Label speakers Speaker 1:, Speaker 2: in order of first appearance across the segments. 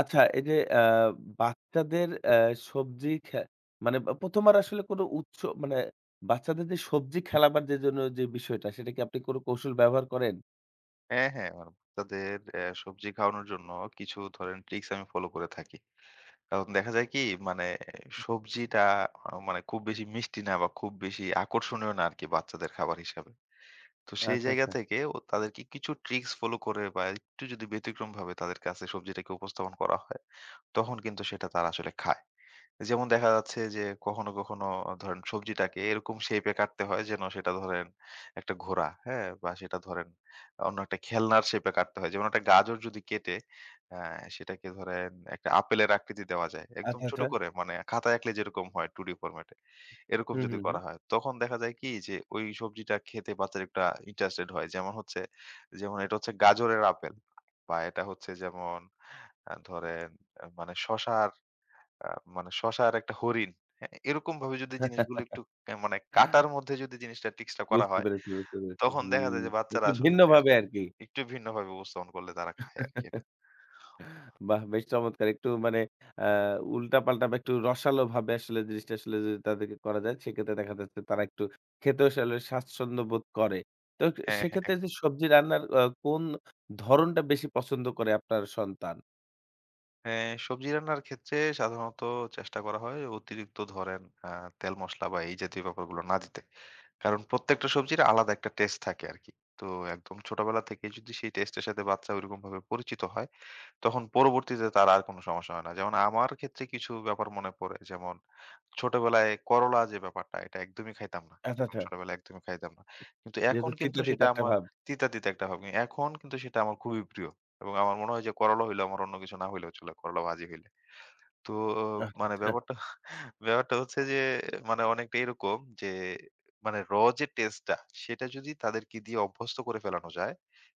Speaker 1: আচ্ছা এই যে বাচ্চাদের সবজি মানে বা ১ম আর আসলে কোনো উৎস মানে বাচ্চাদের যে সবজি খেলাবার যে জন্য যে বিষয়টা সেটা কি আপনি কোনো কৌশল ব্যবহার করেন?
Speaker 2: হ্যাঁ, হ্যাঁ। আমার বাচ্চাদের সবজি খাওয়ানোর জন্য কিছু ধরেন ট্রিকস আমি ফলো করে থাকি। কারণ দেখা যায় কি মানে সবজিটা মানে খুব বেশি মিষ্টি না বা খুব বেশি আকর্ষণীয় না আরকি বাচ্চাদের খাবার হিসাবে। তো সেই
Speaker 1: আচ্ছা,
Speaker 2: জায়গা
Speaker 1: আচ্ছা।
Speaker 2: থেকে ও তাদেরকে কিছু ট্রিকস ফলো করে বা একটু যদি ব্যতিক্রমভাবে তাদের কাছে সবজিটাকে উপস্থাপন করা হয়, তখন কিন্তু সেটা তারা আসলে খায়। যেমন দেখা যাচ্ছে যে কখনো, কখনো ধরেন সবজিটাকে এরকম শেইপ এ কাটতে হয় যেন সেটা ধরেন একটা ঘোড়া, হ্যাঁ? বা সেটা ধরেন অন্য একটা খেলনার শেইপ এ কাটতে হয়। যেমন একটা গাজর যদি কেটে আ সেটাকে ধরেন একটা আপেলের আকৃতি দেওয়া যায়। একদম
Speaker 1: আচ্ছা,
Speaker 2: ছোট
Speaker 1: আচ্ছা।
Speaker 2: করে মানে খাতায় আঁকলে যেরকম হয় 2D ফরম্যাটে। এরকম
Speaker 1: হুম,
Speaker 2: যদি
Speaker 1: হুম,
Speaker 2: করা
Speaker 1: হুম।
Speaker 2: হয়, তখন দেখা যায় কি যে ওই সবজিটা খেতে বাচ্চারা একটা ইন্টারেস্টেড হয়। যেমন হচ্ছে যেমন এটা হচ্ছে গাজরের আপেল বা এটা হচ্ছে যেমন ধরেন মানে শসার আ মানে শসা আর একটা হরিণ। হ্যাঁ? এরকমভাবে যদি জিনিসগুলো একটু মানে কাটার মধ্যে যদি জিনিসটা টিক্সটা করা
Speaker 1: বুঝতে
Speaker 2: হয়,
Speaker 1: পেরেছি, বুঝতে পেরেছি।
Speaker 2: তখন দেখা
Speaker 1: হুম,
Speaker 2: যায় যে বাচ্চারা
Speaker 1: একটু
Speaker 2: আসলে
Speaker 1: ভিন্নভাবে
Speaker 2: ইন্টারেস্টেড।
Speaker 1: আরকি।
Speaker 2: একটু ভিন্নভাবে উপস্থাপন করলে তারা খায় আরকি এটা।
Speaker 1: বাহ! বেশ চমৎকার। একটু মানে আ উল্টাপাল্টা বা একটু রসালোভাবে আসলে জিনিসটা আসলে যদি তাদেরকে করা যায়, সেক্ষেত্রে দেখা যাচ্ছে তারা একটু খেতেও আসলে স্বাচ্ছন্দ্য বোধ করে। তো
Speaker 2: হ্যাঁ, হ্যাঁ
Speaker 1: সেক্ষেত্রে যে
Speaker 2: একদম।
Speaker 1: সবজি রান্নার কোন ধরনটা বেশি পছন্দ করে আপনার সন্তান?
Speaker 2: হ্যাঁ, সবজি রান্নার ক্ষেত্রে সাধারণত চেষ্টা করা হয় অতিরিক্ত ধরেন আ তেল মসলা বা এই জাতীয় ব্যাপারগুলো না দিতে। কারণ প্রত্যেকটা সবজির আলাদা একটা টেস্ট থাকে আরকি। তো একদম ছোটবেলা থেকেই যদি সেই টেস্টের সাথে বাচ্চা ওইরকমভাবে পরিচিত হয়, তখন পরবর্তীতে তার আর কোনো সমস্যা হয় না। যেমন আমার ক্ষেত্রে কিছু ব্যাপার মনে পড়ে যেমন ছোটবেলায় করলা যে ব্যাপারটা এটা একদমই খাইতাম না।
Speaker 1: আচ্ছা,
Speaker 2: একদম
Speaker 1: আচ্ছা।
Speaker 2: ছোটবেলায় একদমই খাইতাম না। কিন্তু এখন
Speaker 1: যেহেতু
Speaker 2: কিন্তু
Speaker 1: তিতা, তিতা
Speaker 2: সেটা
Speaker 1: একটা
Speaker 2: আমার
Speaker 1: ভাব।
Speaker 2: তিতা, তিতা একটা ভাব। এখন কিন্তু সেটা আমার খুবই প্রিয়। এবং আমার মনে হয় যে করলা হইলে আমার অন্য কিছু না হইলেও চলে, করলা ভাজি হইলে। তো
Speaker 1: আচ্ছা,
Speaker 2: মানে
Speaker 1: আচ্ছা।
Speaker 2: ব্যাপারটা ব্যাপারটা হচ্ছে যে মানে অনেকটা এরকম যে মানে যে টেস্টটা সেটা যদি তাদেরকে দিয়ে অভ্যস্ত করে ফেলানো যায়,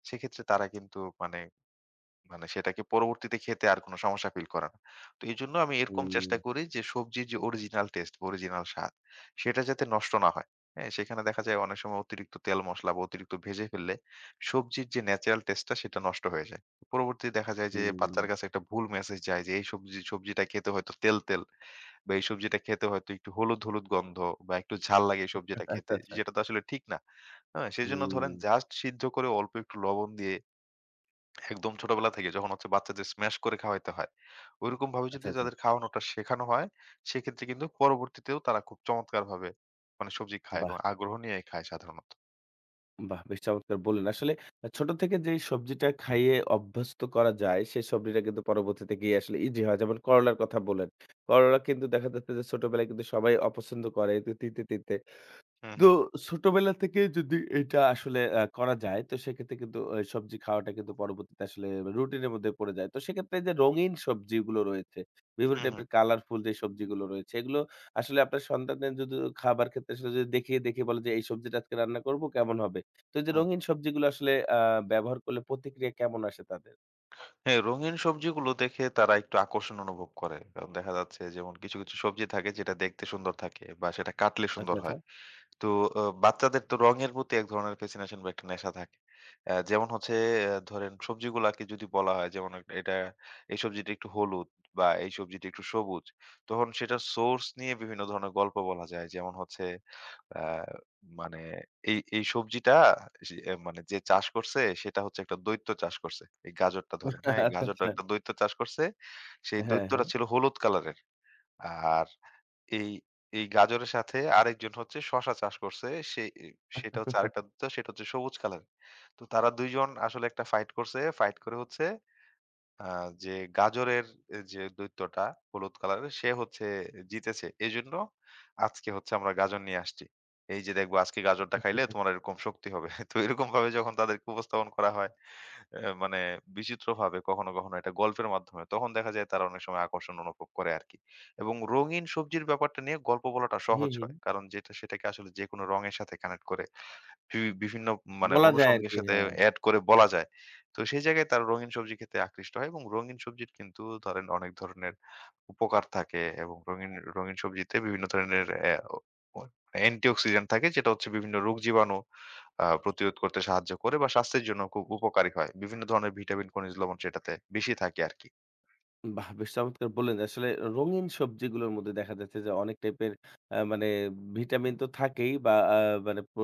Speaker 2: সেক্ষেত্রে তারা কিন্তু মানে মানে সেটাকে পরবর্তীতে খেতে আর কোনো সমস্যা ফিল করে না। তো এজন্য আমি এরকম
Speaker 1: হুম,
Speaker 2: চেষ্টা করি যে সবজির যে অরিজিনাল টেস্ট, অরিজিনাল স্বাদ সেটা যাতে নষ্ট না হয়। হ্যাঁ? সেখানে দেখা যায় অনেক সময় অতিরিক্ত তেল মসলা বা অতিরিক্ত ভেজে ফেললে সবজির যে ন্যাচারাল টেস্টটা সেটা নষ্ট হয়ে যায়। পরবর্তীতে দেখা যায় যে
Speaker 1: হুম।
Speaker 2: বাচ্চার কাছে একটা ভুল মেসেজ যায় যে এই সবজিটা খেতে হয়তো তেল, তেল বা এই সবজিটা খেতে হয়তো একটু হলুদ, হলুদ গন্ধ বা একটু ঝাল লাগে এই সবজিটা
Speaker 1: আচ্ছা,
Speaker 2: খেতে।
Speaker 1: আচ্ছা।
Speaker 2: যেটা তো আসলে ঠিক না। হ্যাঁ? সেজন্য
Speaker 1: হুম।
Speaker 2: ধরেন জাস্ট সিদ্ধ করে অল্প একটু লবণ দিয়ে একদম ছোটবেলা থেকে যখন হচ্ছে বাচ্চাদের স্ম্যাশ করে খাওয়াইতে হয়, ঐরকম ভাবে যদি
Speaker 1: আচ্ছা, আচ্ছা।
Speaker 2: তাদের খাওয়ানোটা শেখানো হয়, সেক্ষেত্রে কিন্তু পরবর্তীতেও তারা খুব চমৎকারভাবে মানে সবজি খায়
Speaker 1: বাহ!
Speaker 2: এবং আগ্রহ নিয়ে খায় সাধারণত।
Speaker 1: বাহ! বেশ চমৎকার বললেন। আসলে ছোট থেকে যেই সবজিটা খাইয়ে অভ্যস্ত করা যায়, সেই সবজিটা কিন্তু পরবর্তীতে গিয়ে আসলে ইজি হয়। যেমন করলার কথা বললেন। করলা কিন্তু দেখা যাচ্ছে যে ছোটবেলায় কিন্তু সবাই অপছন্দ করে তিতে, তিতে।
Speaker 2: হুম,
Speaker 1: তো
Speaker 2: হুম,
Speaker 1: ছোটবেলা থেকে যদি এটা আসলে করা যায়, তো সেক্ষেত্রে কিন্তু সবজি খাওয়াটা কিন্তু পরবর্তীতে আসলে রুটিনের মধ্যে পড়ে যায়। তো সেক্ষেত্রে যে রঙিন সবজিগুলো রয়েছে, বিভিন্ন
Speaker 2: হুম, হুম,
Speaker 1: টাইপের কালারফুল যে সবজিগুলো রয়েছে, এগুলো আসলে আপনার সন্তানদের যদি খাবার ক্ষেত্রে আসলে যদি দেখিয়ে, দেখিয়ে বলে যে, "এই সবজিটা আজকে রান্না করব, কেমন হবে?" তো এই যে
Speaker 2: হুম।
Speaker 1: রঙিন সবজিগুলো আসলে আ ব্যবহার করলে প্রতিক্রিয়া কেমন আসে তাদের?
Speaker 2: হ্যাঁ, রঙিন সবজিগুলো দেখে তারা একটু আকর্ষণ অনুভব করে। কারণ দেখা যাচ্ছে যেমন কিছু, কিছু সবজি থাকে যেটা দেখতে সুন্দর থাকে বা সেটা কাটলে সুন্দর
Speaker 1: আচ্ছা, আচ্ছা।
Speaker 2: হয়। তো বাচ্চাদের তো রঙের প্রতি এক ধরনের ফ্যাসিনেশন বা একটা নেশা থাকে। যেমন হচ্ছে ধরেন সবজিগুলাকে যদি বলা হয় যেমন এক এটা এই সবজিটা একটু হলুদ বা এই সবজিটা একটু সবুজ। তখন সেটার সোর্স নিয়ে বিভিন্ন ধরনের গল্প বলা যায়। যেমন হচ্ছে আ মানে এই সবজিটা সে মানে যে চাষ করছে সেটা হচ্ছে একটা দৈত্য চাষ করছে। এই গাজরটা ধরেন, হ্যাঁ? এই
Speaker 1: আচ্ছা,
Speaker 2: গাজরটা
Speaker 1: আচ্ছা।
Speaker 2: একটা দৈত্য চাষ করছে। সেই
Speaker 1: হ্যাঁ,
Speaker 2: দৈত্যটা
Speaker 1: হ্যাঁ।
Speaker 2: ছিল হলুদ কালারের। আর এই, এই গাজরের সাথে আরেকজন হচ্ছে শসা চাষ করছে। সে সেটা হচ্ছে আরেকটা তো সেটা হচ্ছে সবুজ কালারের। তো তারা ২ জন আসলে একটা ফাইট করছে। ফাইট করে হচ্ছে আ যে গাজরের যে দৈত্যটা হলুদ কালারের সে হচ্ছে জিতেছে। এজন্য আজকে হচ্ছে আমরা গাজর নিয়ে আসছি। এই যে দেখবো আজকে গাজরটা খাইলে তোমার এরকম শক্তি হবে। তো এরকমভাবে যখন তাদেরকে উপস্থাপন করা হয় মানে বিচিত্রভাবে কখনো, কখনো এটা গল্পের মাধ্যমে। তখন দেখা যায় তারা অনেক সময় আকর্ষণ অনুভব করে আরকি। এবং রঙিন সবজির ব্যাপারটা নিয়ে গল্প বলাটা সহজ
Speaker 1: হুম, হুম।
Speaker 2: হয়। কারণ যেটা সেটাকে আসলে যেকোনো রঙের সাথে কানেক্ট করে বিভিন্ন মানে
Speaker 1: বলা যায়
Speaker 2: অনুষঙ্গের
Speaker 1: আরকি।
Speaker 2: সাথে
Speaker 1: হ্যাঁ।
Speaker 2: এড করে বলা যায়। তো সেই জায়গায় তারা রঙিন সবজি খেতে আকৃষ্ট হয় এবং রঙিন সবজির কিন্তু ধরেন অনেক ধরনের উপকার থাকে এবং রঙিন, রঙিন সবজিতে বিভিন্ন ধরনের অ্যা অ অ অ্যান্টিঅক্সিডেন্ট থাকে যেটা হচ্ছে বিভিন্ন রোগ জীবাণু প্রতিরোধ করতে সাহায্য করে বা স্বাস্থ্যের জন্য খুব উপকারী হয়। বিভিন্ন ধরনের ভিটামিন, খনিজ লবণ সেটাতে বেশি থাকে আরকি।
Speaker 1: বাহ! বেশ চমৎকার বললেন। আসলে রঙিন সবজিগুলোর মধ্যে দেখা যাচ্ছে যে অনেক টাইপের মানে ভিটামিন তো থাকেই বা মানে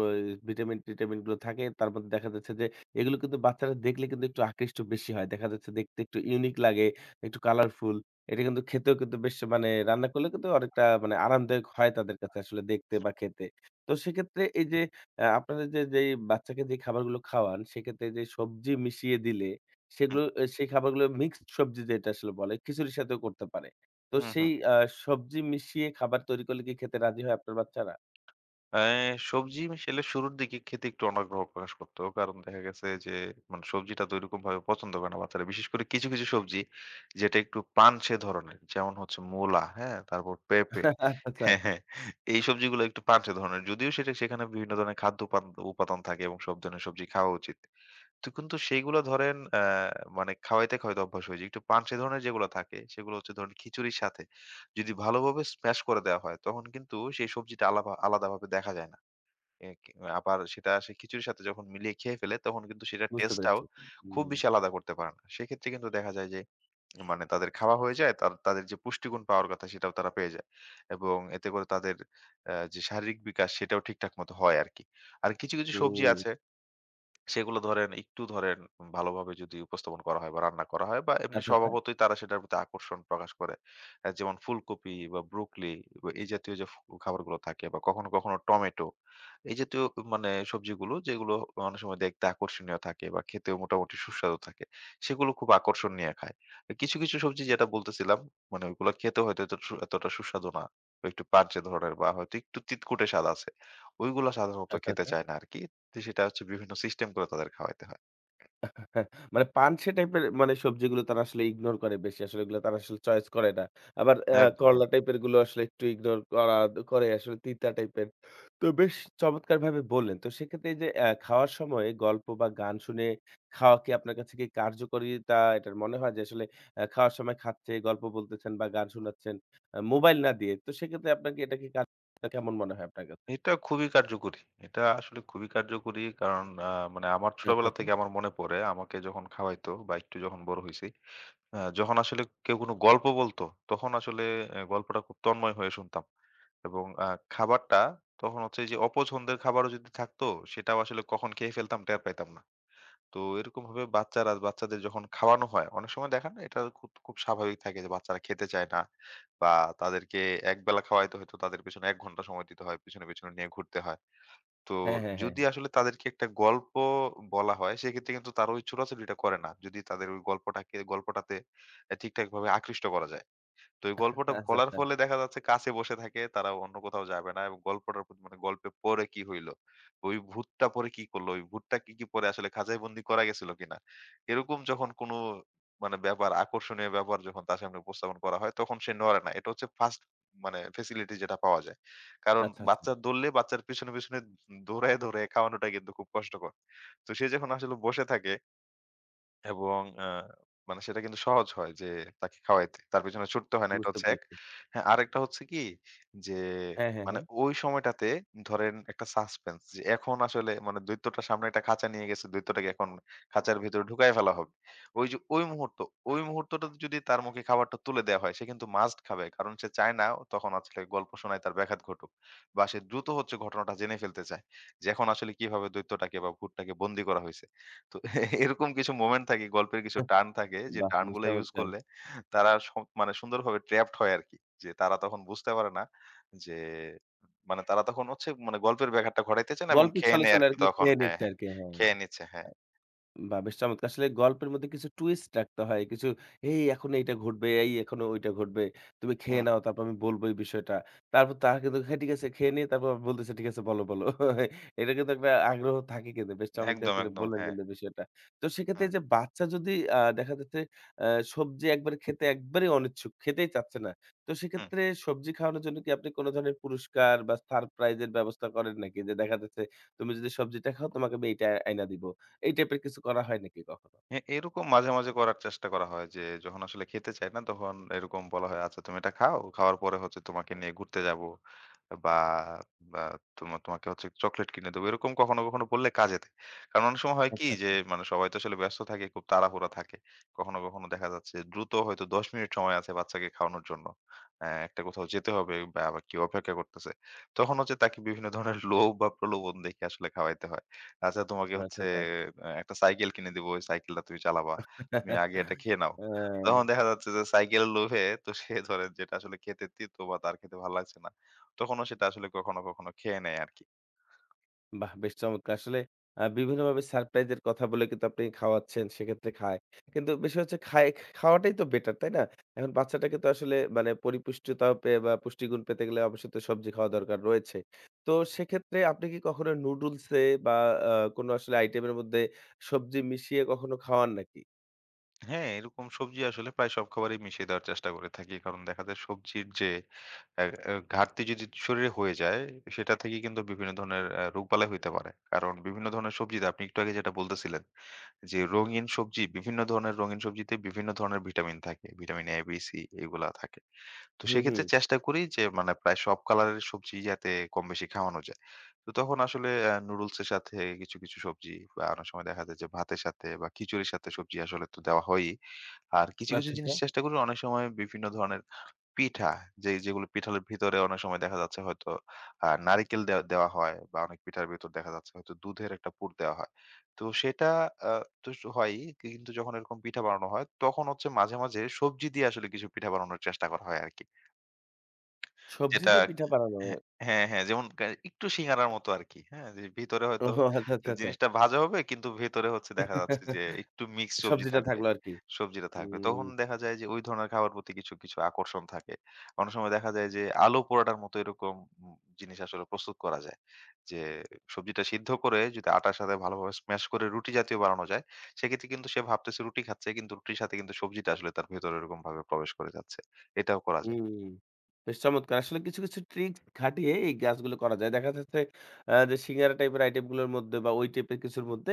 Speaker 1: ভিটামিন-টিটামিন গুলো থাকে। তার মধ্যে দেখা যাচ্ছে যে এগুলো কিন্তু বাচ্চারা দেখলে কিন্তু একটু আকৃষ্ট বেশি হয়। দেখা যাচ্ছে দেখতে একটু ইউনিক লাগে, একটু কালারফুল। এটা কিন্তু খেতেও কিন্তু বেশ মানে রান্না করলে কিন্তু অনেকটা মানে আরামদায়ক হয় তাদের কাছে আসলে দেখতে বা খেতে। তো সেক্ষেত্রে এই যে আপনারা যেই বাচ্চাকে যে খাবারগুলো খাওয়ান সেক্ষেত্রে যে সবজি মিশিয়ে দিলে
Speaker 2: হুম,
Speaker 1: সেগুলো এ সেই খাবারগুলো মিক্সড সবজি যেটা আসলে বলে, খিচুড়ির সাথেও করতে পারে। তো
Speaker 2: হুম, হুম।
Speaker 1: সেই সবজি মিশিয়ে খাবার তৈরি করলে কি খেতে রাজি হয় আপনার বাচ্চারা?
Speaker 2: অ্যা সবজি আসলে শুরুর দিকে খেতে একটু অনাগ্রহ প্রকাশ করত। কারণ দেখা গেছে যে মানে সবজিটা তো ওইরকমভাবে পছন্দ করে না বাচ্চারা। বিশেষ করে কিছু, কিছু সবজি যেটা একটু পানসে ধরনের। যেমন হচ্ছে মূলা, হ্যাঁ? তারপর পেঁপে
Speaker 1: আচ্ছা, আচ্ছা।
Speaker 2: হ্যাঁ, হ্যাঁ। এই সবজিগুলো একটু পানসে ধরনের। যদিও সেটা সেখানে বিভিন্ন ধরনের খাদ্য উপাদান থাকে এবং সব ধরনের সবজি খাওয়া উচিত। তো কিন্তু সেইগুলো ধরেন মানে খাওয়াইতে, খাওয়াইতে অভ্যাস হয়ে যায়। একটু পানসে ধরনের যেগুলো থাকে, সেগুলো হচ্ছে ধরেন খিচুড়ির সাথে যদি ভালোভাবে স্ম্যাশ করে দেওয়া হয়, তখন কিন্তু সেই সবজিটা আলাদাভাবে দেখা যায় না। এ কি আবার সেটা সে খিচুড়ির সাথে যখন মিলিয়ে খেয়ে ফেলে, তখন কিন্তু সেটার
Speaker 1: বুঝতে
Speaker 2: টেস্টটাও
Speaker 1: পেরেছি।
Speaker 2: খুব
Speaker 1: হুম,
Speaker 2: বেশি আলাদা করতে পারে না। সেক্ষেত্রে কিন্তু দেখা যায় যে, মানে তাদের খাওয়া হয়ে যায়, তাদের যে পুষ্টিগুণ পাওয়ার কথা, সেটাও তারা পেয়ে যায়। এবং এতে করে তাদের যে শারীরিক বিকাশ, সেটাও ঠিকঠাক মতো হয় আরকি। আর কিছু, কিছু সবজি
Speaker 1: হুম।
Speaker 2: আছে সেগুলো ধরেন একটু ধরেন ভালোভাবে যদি উপস্থাপন করা হয় বা রান্না করা হয় বা এমনি
Speaker 1: আচ্ছা, আচ্ছা,
Speaker 2: স্বভাবতই তারা সেটার প্রতি আকর্ষণ প্রকাশ করে। যেমন ফুলকপি বা ব্রুকলি বা এই জাতীয় যে খাবারগুলো থাকে বা কখনো, কখনো টমেটো। এই জাতীয় মানে সবজিগুলো যেগুলো অনেক সময় দেখতে আকর্ষণীয় থাকে বা খেতেও মোটামুটি সুস্বাদু থাকে, সেগুলো খুব আকর্ষণ নিয়ে খায়। কিছু, কিছু সবজি যেটা বলতেছিলাম মানে ওইগুলো খেতে হয়তো এত সু এতটা সুস্বাদু না। একটু পানচে ধরনের বা হয়তো একটু তিতকুটে স্বাদ আছে। ওইগুলা সাধারণত
Speaker 1: আচ্ছা,
Speaker 2: খেতে
Speaker 1: আচ্ছা।
Speaker 2: চায় না আরকি। তো সেটা হচ্ছে বিভিন্ন সিস্টেম করে তাদের খাওয়াইতে হয়।
Speaker 1: হ্যাঁ, মানে পানসে টাইপের মানে সবজিগুলো তারা আসলে ইগনোর করে বেশি। আসলে এগুলো তারা আসলে চয়েস করে না। আবার
Speaker 2: একদম হ্যাঁ।
Speaker 1: করলা টাইপের গুলো আসলে একটু ইগনোর করা করে আসলে তিতা টাইপের। তো বেশ চমৎকারভাবে বললেন। তো সেক্ষেত্রে এই যে খাওয়ার সময় গল্প বা গান শুনে খাওয়া কি আপনার কাছে কি কার্যকরিতা এটার মনে হয় যে আসলে খাওয়ার সময় খাচ্ছে, গল্প বলতেছেন বা গান শোনাচ্ছেন মোবাইল না দিয়ে। তো সেক্ষেত্রে আপনার কি এটা কি কাজ কেমন মনে হয় আপনার কাছে?
Speaker 2: এটা খুবই কার্যকরী। এটা আসলে খুবই কার্যকরী কারণ মানে আমার
Speaker 1: আচ্ছা,
Speaker 2: ছোটবেলা
Speaker 1: আচ্ছা।
Speaker 2: থেকে আমার মনে পড়ে আমাকে যখন খাওয়াইতো বা একটু যখন বড় হইছি, যখন আসলে কেউ কোনো গল্প বলতো তখন আসলে এ গল্পটা খুব তন্ময় হয়ে শুনতাম। এবং খাবারটা তখন হচ্ছে যে অপছন্দের খাবারও যদি থাকতো সেটাও আসলে কখন খেয়ে ফেলতাম টের পাইতাম না। তো এরকমভাবে বাচ্চাদের যখন খাওয়ানো হয়, অনেক সময় দেখেন না, এটা খুব, খুব স্বাভাবিক থাকে যে বাচ্চারা খেতে চায় না বা তাদেরকে একবেলা খাওয়াইতে হয়তো তাদের পেছনে ১ ঘন্টা সময় দিতে হয়। পেছনে, পেছনে নিয়ে ঘুরতে হয়। তো
Speaker 1: হ্যাঁ, হ্যাঁ, হ্যাঁ।
Speaker 2: যদি আসলে তাদেরকে একটা গল্প বলা হয় সেক্ষেত্রে কিন্তু তারা ওই ছোটাছুটিটা করে না। যদি তাদের ওই গল্পটাতে ঠিকঠাকভাবে আকৃষ্ট করা যায়। তো এই গল্পটা
Speaker 1: আচ্ছা,
Speaker 2: বলার
Speaker 1: আচ্ছা।
Speaker 2: ফলে দেখা যাচ্ছে কাছে বসে থাকে, তারা অন্য কোথাও যাবে না এবং গল্পটার প্রতি মানে গল্পে পরে কি হইলো? ওই ভূতটা পরে কি করলো? ওই ভূতটা কি, কি পরে আসলে খাঁচাবন্দি করা গেছিল কিনা? এরকম যখন কোনো মানে ব্যাপার, আকর্ষণীয় ব্যাপার যখন তার সামনে উপস্থাপন করা হয়, তখন সে নড়ে না। এটা হচ্ছে ফার্স্ট মানে ফেসিলিটি যেটা পাওয়া যায়। কারণ
Speaker 1: আচ্ছা, আচ্ছা।
Speaker 2: বাচ্চা দৌড়লে বাচ্চার পিছনে, পিছনে দৌড়ায়ে, দৌড়ায়ে খাওয়ানোটা কিন্তু খুব কষ্টকর। তো সে যখন আসলে বসে থাকে এবং মানে সেটা কিন্তু সহজ হয় যে তাকে খাওয়াইতে। তার পেছনে ছুটতে হয় না এটা
Speaker 1: বুঝতে
Speaker 2: হচ্ছে এক।
Speaker 1: পেরেছি।
Speaker 2: হ্যাঁ, আরেকটা হচ্ছে কি যে
Speaker 1: হ্যাঁ, হ্যাঁ,
Speaker 2: মানে
Speaker 1: হ্যাঁ।
Speaker 2: ওই সময়টাতে ধরেন একটা সাসপেন্স যে এখন আসলে মানে দৈত্যটা সামনে একটা খাঁচা নিয়ে গেছে। দৈত্যটাকে এখন খাঁচার ভেতরে ঢুকায় ফেলা হবে। ওই যে ওই মুহূর্ত, ওই মুহূর্তটাতে যদি তার মুখে খাবারটা তুলে দেয়া হয় সে কিন্তু মাস্ট খাবে। কারণ সে চায় না তখন আসলে গল্প শোনায় তার ব্যাঘাত ঘটুক। বা সে দ্রুত হচ্ছে ঘটনাটা জেনে ফেলতে চায়। যে এখন আসলে কিভাবে দৈত্যটাকে বা ভূতটাকে বন্দী করা হইছে। তো এরকম কিছু মোমেন্ট থাকে, গল্পের কিছু টার্ন থাকে যে
Speaker 1: বাহ!
Speaker 2: টার্ন
Speaker 1: বেশ
Speaker 2: গুলা ইউজ
Speaker 1: চমৎকার।
Speaker 2: করলে তারা মানে সুন্দরভাবে ট্র্যাপড হয় আরকি। যে তারা তখন বুঝতে পারে না যে মানে তারা তখন হচ্ছে মানে গল্পের ব্যাঘাতটা ঘটাইতে চায় না এবং
Speaker 1: গল্পের
Speaker 2: খেয়ে
Speaker 1: ছলে,
Speaker 2: নেয়
Speaker 1: ছলে
Speaker 2: আরকি
Speaker 1: আরকি
Speaker 2: তখন।
Speaker 1: খেয়ে
Speaker 2: হ্যাঁ,
Speaker 1: নিচ্ছে
Speaker 2: হ্যাঁ।
Speaker 1: আরকি। হ্যাঁ।
Speaker 2: খেয়ে নিচ্ছে। হ্যাঁ।
Speaker 1: বাহ! বেশ চমৎকার। আসলে গল্পের মধ্যে কিছু টুইস্ট রাখতে হয়। কিছু এই এখন এইটা ঘটবে, এই এখন ওইটা ঘটবে। তুমি খেয়ে
Speaker 2: হুম,
Speaker 1: নাও
Speaker 2: হুম।
Speaker 1: তারপর আমি বলব এই বিষয়টা। তারপর তারা কিন্তু হ্যাঁ, ঠিক আছে খেয়ে নিয়ে তারপর বলতেছে ঠিক আছে বলো, বলো। এটা কিন্তু একটা আগ্রহ থাকে কিন্তু। বেশ চমৎকার
Speaker 2: একদম,
Speaker 1: করে
Speaker 2: একদম।
Speaker 1: বললেন
Speaker 2: হ্যাঁ।
Speaker 1: কিন্তু বিষয়টা। তো সেক্ষেত্রে
Speaker 2: হুম,
Speaker 1: এই যে বাচ্চা যদি দেখা যাচ্ছে আ সবজি একবারে খেতে একবারেই অনিচ্ছুক, খেতেই চাচ্ছে না। তো
Speaker 2: হুম।
Speaker 1: সেক্ষেত্রে সবজি খাওয়ানোর জন্য কি আপনি কোন ধরনের পুরস্কার বা সারপ্রাইজ এর ব্যবস্থা করেন নাকি? যে দেখা যাচ্ছে তুমি যদি সবজিটা খাও তোমাকে আমি এইটা আইনা দিব। এই টাইপের কিছু করা হয় নাকি কখনো?
Speaker 2: হ্যাঁ, এরকম মাঝে, মাঝে করার চেষ্টা করা হয় যে যখন আসলে খেতে চাই না তখন এরকম বলা হয়, "আচ্ছা তুমি এটা খাও। খাওয়ার পরে হচ্ছে তোমাকে নিয়ে ঘুরতে যাবো বা বা তোমাকে হচ্ছে চকোলেট কিনে দেবো।" এরকম কখনো, কখনো বললে কাজে দেয়। কারণ অনেক সময় হয় কি
Speaker 1: আচ্ছা,
Speaker 2: যে
Speaker 1: আচ্ছা।
Speaker 2: মানে সবাই তো আসলে ব্যস্ত থাকে, খুব তাড়াহুড়া থাকে। কখনো, কখনো দেখা যাচ্ছে দ্রুত হয়তো ১০ মিনিট সময় আছে বাচ্চাকে খাওয়ানোর জন্য। একটা কোথাও যেতে হবে বা আবার কেউ অপেক্ষা করতেছে। তখন হচ্ছে তাকে বিভিন্ন ধরনের লোভ বা প্রলোভন দেখিয়ে আসলে খাওয়াইতে হয়। আচ্ছা তোমাকে
Speaker 1: আচ্ছা,
Speaker 2: হচ্ছে
Speaker 1: আচ্ছা।
Speaker 2: একটা সাইকেল কিনে দিব। ওই সাইকেলটা তুমি চালাবা। তুমি আগে এটা খেয়ে নাও। তখন
Speaker 1: আ
Speaker 2: দেখা যাচ্ছে যে সাইকেলের লোভে তো সে ধরেন যেটা আসলে খেতে তিতো বা তার খেতে ভালো লাগছে না। তখনও সেটা আসলে কখনো, কখনো খেয়ে নেয় আরকি।
Speaker 1: বাহ! বেশ চমৎকার। আসলে বিভিন্নভাবে সারপ্রাইজ এর কথা বলে কিন্তু আপনি খাওয়াচ্ছেন, সেক্ষেত্রে খায়। কিন্তু বিষয় হচ্ছে খায় খাওয়াটাই তো বেটার, তাই না? এখন বাচ্চাটা কিন্তু আসলে মানে পরিপুষ্টিতা পেয়ে বা পুষ্টিগুণ পেতে গেলে অবশ্যই তো সবজি খাওয়া দরকার রয়েছে। তো সেক্ষেত্রে আপনি কি কখনো নুডলস এ বা আ কোনো আসলে আইটেমের মধ্যে সবজি মিশিয়ে কখনো খাওয়ান নাকি?
Speaker 2: হ্যাঁ, এরকম সবজি আসলে প্রায় সব খাবারেই মিশিয়ে দেওয়ার চেষ্টা করে থাকি। কারণ দেখা যায় সবজির যে অ্যা অ্যা ঘাটতি যদি শরীরে হয়ে যায়, সেটা থেকে কিন্তু বিভিন্ন ধরনের রোগবালাই হইতে পারে। কারণ বিভিন্ন ধরনের সবজিতে আপনি একটু আগে যেটা বলতেছিলেন, যে রঙিন সবজি বিভিন্ন ধরনের রঙিন সবজিতে বিভিন্ন ধরনের ভিটামিন থাকে। ভিটামিন A, B, C এগুলা থাকে। তো
Speaker 1: হুম, হুম।
Speaker 2: সেক্ষেত্রে চেষ্টা করি যে মানে প্রায় সব কালারের সবজি যাতে কম বেশি খাওয়ানো যায়। তো তখন আসলে নুডলস এর সাথে কিছু, কিছু সবজি বা অনেক সময় দেখা যায় যে ভাতের সাথে বা খিচুড়ির সাথে সবজি আসলে তো দেওয়া হয়ই। আর কিছু, কিছু
Speaker 1: আচ্ছা,
Speaker 2: জিনিস
Speaker 1: আচ্ছা।
Speaker 2: চেষ্টা করি অনেক সময় বিভিন্ন ধরনের পিঠা যেগুলো পিঠার ভিতরে অনেক সময় দেখা যাচ্ছে হয়তো নারিকেল দেওয়া হয় বা অনেক পিঠার ভেতর দেখা যাচ্ছে হয়তো দুধের একটা পুর দেওয়া হয়। তো সেটা আ তো স হয়ই কিন্তু যখন এরকম পিঠা বানানো হয় তখন হচ্ছে মাঝে, মাঝে সবজি দিয়ে আসলে কিছু পিঠা বানানোর চেষ্টা করা হয় আরকি।
Speaker 1: সবজি
Speaker 2: যেটা
Speaker 1: দিয়ে পিঠা বানানো।
Speaker 2: হ্যাঁ, হ্যাঁ, হ্যাঁ, যেমন একটু সিঙ্গারার মতো আরকি। হ্যাঁ? যে ভিতরে হয়তো
Speaker 1: ওহ আচ্ছা, আচ্ছা,
Speaker 2: জিনিসটা ভাজা হবে কিন্তু ভেতরে হচ্ছে দেখা যাচ্ছে যে
Speaker 1: আচ্ছা।
Speaker 2: একটু মিক্স সবজি
Speaker 1: সবজিটা
Speaker 2: থাকবে।
Speaker 1: থাকলো আরকি।
Speaker 2: সবজিটা থাকবে।
Speaker 1: হুম,
Speaker 2: তখন দেখা যায় যে ওই ধরনের খাবার প্রতি কিছু, কিছু আকর্ষণ থাকে। অনেক সময় দেখা যায় যে আলু পরোটার মতো এরকম উম জিনিস আসলে প্রস্তুত করা যায়। যে সবজিটা সিদ্ধ করে যদি আটার সাথে ভালোভাবে স্ম্যাশ করে রুটি জাতীয় বানানো যায়, সেক্ষেত্রে কিন্তু সে ভাবতেছে রুটি খাচ্ছে কিন্তু রুটির সাথে কিন্তু সবজিটা আসলে তার ভেতরে এরকমভাবে প্রবেশ করে যাচ্ছে। এটাও করা যায়।
Speaker 1: হুম। বেশ চমৎকার! আসলে কিছু, কিছু ট্রিক খাটিয়ে এই গাছগুলো করা যায়। দেখা যাচ্ছে যে সিঙ্গারা টাইপের আইটেম গুলোর মধ্যে বা ওই টাইপের কিছুর মধ্যে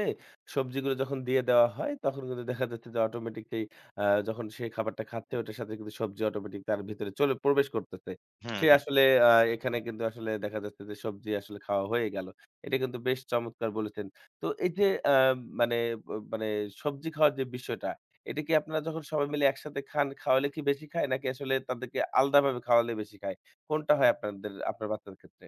Speaker 1: সবজিগুলো যখন দিয়ে দেওয়া হয় তখন কিন্তু দেখা যাচ্ছে যে অটোমেটিক সেই যখন সে খাবারটা খাচ্ছে ওটার সাথে কিন্তু সবজি অটোমেটিক তার ভিতরে চলে প্রবেশ করতেছে।
Speaker 2: হুম,
Speaker 1: সে
Speaker 2: হুম।
Speaker 1: আসলে আ এখানে কিন্তু আসলে দেখা যাচ্ছে যে সবজি আসলে খাওয়া হয়ে গেল। এটা কিন্তু বেশ চমৎকার বলেছেন। তো এই যে আ মানে মানে সবজি খাওয়ার যে বিষয়টা এটা কি আপনারা যখন সবাই মিলে একসাথে খান, খাওয়ালে কি বেশি খায়? নাকি আসলে তাদেরকে আলাদাভাবে খাওয়ালে বেশি খায়? কোনটা হয় আপনাদের আপনার বাচ্চার ক্ষেত্রে?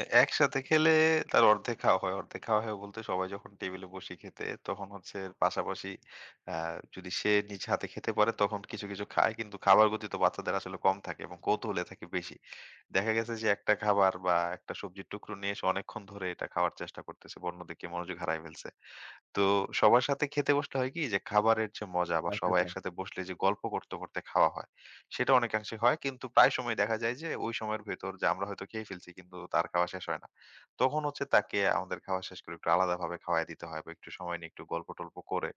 Speaker 2: একসাথে খেলে তার অর্ধেক খাওয়া হয়। অর্ধেক খাওয়া হয় বলতে সবাই যখন টেবিলে বসি খেতে তখন হচ্ছে এর পাশাপাশি আ যদি সে নিজ হাতে খেতে পারে তখন কিছু, কিছু খায়। কিন্তু খাবার গতি তো বাচ্চাদের আসলে কম থাকে এবং কৌতূহলে থাকে বেশি। দেখা গেছে যে একটা খাবার বা একটা সবজির টুকরো নিয়ে সে অনেকক্ষণ ধরে এটা খাওয়ার চেষ্টা করতেছে বা অন্যদিকে মনোযোগ হারায় ফেলছে। তো সবার সাথে খেতে বসলে হয় কি যে খাবারের যে মজা বা
Speaker 1: আচ্ছা,
Speaker 2: সবাই
Speaker 1: আচ্ছা।
Speaker 2: একসাথে বসলে যে গল্প করতে করতে খাওয়া হয় সেটা অনেকাংশে হয় কিন্তু প্রায় সময় দেখা যায় যে ওই সময়ের ভেতর যে আমরা হয়তো খেয়ে ফেলছি কিন্তু তার খাওয়া শেষ হয় না তখন হচ্ছে তাকে আমাদের খাওয়া শেষ করে একটু আলাদাভাবে খাওয়াই দিতে হয় বা একটু সময় নিয়ে একটু গল্প টল্প করে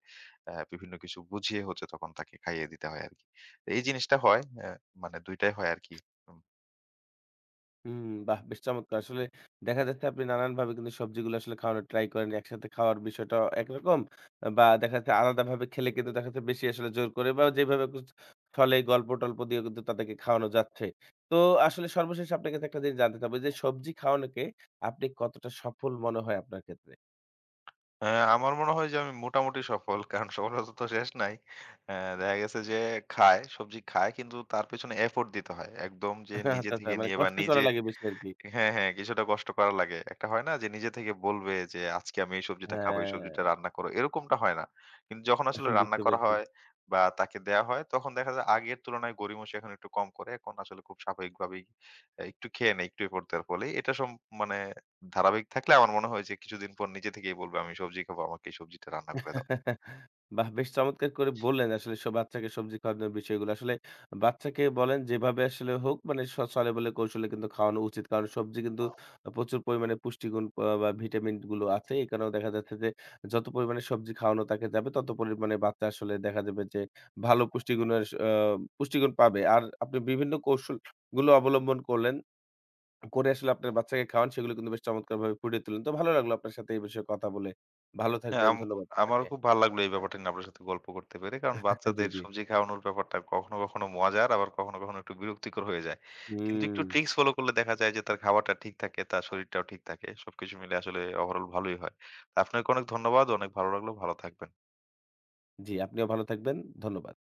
Speaker 2: বিভিন্ন কিছু বুঝিয়ে হচ্ছে তখন তাকে খাইয়ে দিতে হয় আর কি। তো এই জিনিসটা হয় মানে দুইটাই হয় আর কি।
Speaker 1: হুম, বাহ! বেশ চমৎকার। আসলে দেখা যাচ্ছে আপনি নানানভাবে কিন্তু সবজিগুলো আসলে খাওয়ানোর ট্রাই করেন। একসাথে খাওয়ার বিষয়টা একরকম বা দেখা যাচ্ছে আলাদাভাবে খেলে কিন্তু দেখা যাচ্ছে বেশি আসলে জোর করে বা যেভাবে ছলে গল্প-টল্প দিয়েও কিন্তু তাদেরকে খাওয়ানো যাচ্ছে। তো আসলে সর্বশেষ আপনার কাছে একটা জিনিস জানতে চাবো যে সবজি খাওয়ানোকে আপনি কতটা সফল মনে হয় আপনার ক্ষেত্রে?
Speaker 2: হ্যাঁ, আমার মনে হয় যে আমি মোটামুটি সফল। কারণ সফলতা তো শেষ নাই। অ্যা দেখা গেছে যে খায়, সবজি খায় কিন্তু তার পেছনে এফোর্ট দিতে হয়। একদম যে নিজে
Speaker 1: আচ্ছা, আচ্ছা।
Speaker 2: থেকে
Speaker 1: মানে
Speaker 2: নিয়ে বা
Speaker 1: কষ্টই করা
Speaker 2: নিজে
Speaker 1: লাগে বেশি আরকি।
Speaker 2: হ্যাঁ, হ্যাঁ, কিছুটা কষ্ট করা লাগে। একটা হয় না যে নিজে থেকে বলবে যে, "আজকে আমি এই সবজিটা খাবো, এই
Speaker 1: হ্যাঁ,
Speaker 2: সবজিটা রান্না করো।" এরকমটা হয় না। কিন্তু যখন আসলে রান্না
Speaker 1: বুঝতে
Speaker 2: করা
Speaker 1: পেরেছি।
Speaker 2: হয় বা তাকে দেয়া হয়, তখন দেখা যায় আগের তুলনায় গড়িমসি এখন একটু কম করে। এখন আসলে খুব স্বাভাবিকভাবেই একটু খেয়ে নেয়, একটু এপর দেওয়ার ফলে। এটা সম মানে ধারাবাহিক থাকলে আমার মনে হয় যে কিছুদিন পর নিজে থেকেই বলবে, "আমি সবজি খাবো, আমাকে এই সবজিটা রান্না করে দাও।"
Speaker 1: বাহ! বেশ চমৎকার করে বললেন আসলে সব বাচ্চাকে সবজি খাওয়ানোর বিষয়গুলো। আসলে বাচ্চাকে বলেন যেভাবে আসলে হোক মানে ছলে বলে কৌশলে কিন্তু খাওয়ানো উচিত। কারণ সবজি কিন্তু প্রচুর পরিমাণে পুষ্টিগুণ বা ভিটামিন গুলো আছে। এই কারণে দেখা যাচ্ছে যে যত পরিমাণে সবজি খাওয়ানো তাকে যাবে তত পরিমাণে বাচ্চা আসলে দেখা যাবে যে ভালো পুষ্টিগুণের স আ পুষ্টিগুণ পাবে। আর আপনি বিভিন্ন কৌশলগুলো অবলম্বন করে আসলে আপনার বাচ্চাকে খাওয়ান সেগুলো কিন্তু বেশ চমৎকারভাবে ফুটিয়ে তুললেন। তো ভালো লাগলো আপনার সাথে এই বিষয়ে কথা বলে। ভালো
Speaker 2: হ্যাঁ,
Speaker 1: থাকবেন। ধন্যবাদ
Speaker 2: আমারও
Speaker 1: আপনাকে।
Speaker 2: খুব ভালো লাগলো এই ব্যাপারটা নিয়ে আপনার সাথে গল্প করতে পেরে। কারণ
Speaker 1: জি,
Speaker 2: বাচ্চাদের
Speaker 1: জি।
Speaker 2: সবজি খাওয়ানোর ব্যাপারটা কখনো, কখনো মজার আবার কখনো, কখনো একটু বিরক্তিকর হয়ে যায়। কিন্তু একটু
Speaker 1: হুম।
Speaker 2: ট্রিকস ফলো করলে দেখা যায় যে তার খাওয়াটা ঠিক থাকে, তার শরীরটাও ঠিক থাকে। সবকিছু মিলে আসলে ওভারঅল ভালোই হয়। আপনাকে অনেক ধন্যবাদ। অনেক ভালো লাগলো। ভালো থাকবেন।
Speaker 1: জি, আপনিও ভালো থাকবেন। ধন্যবাদ।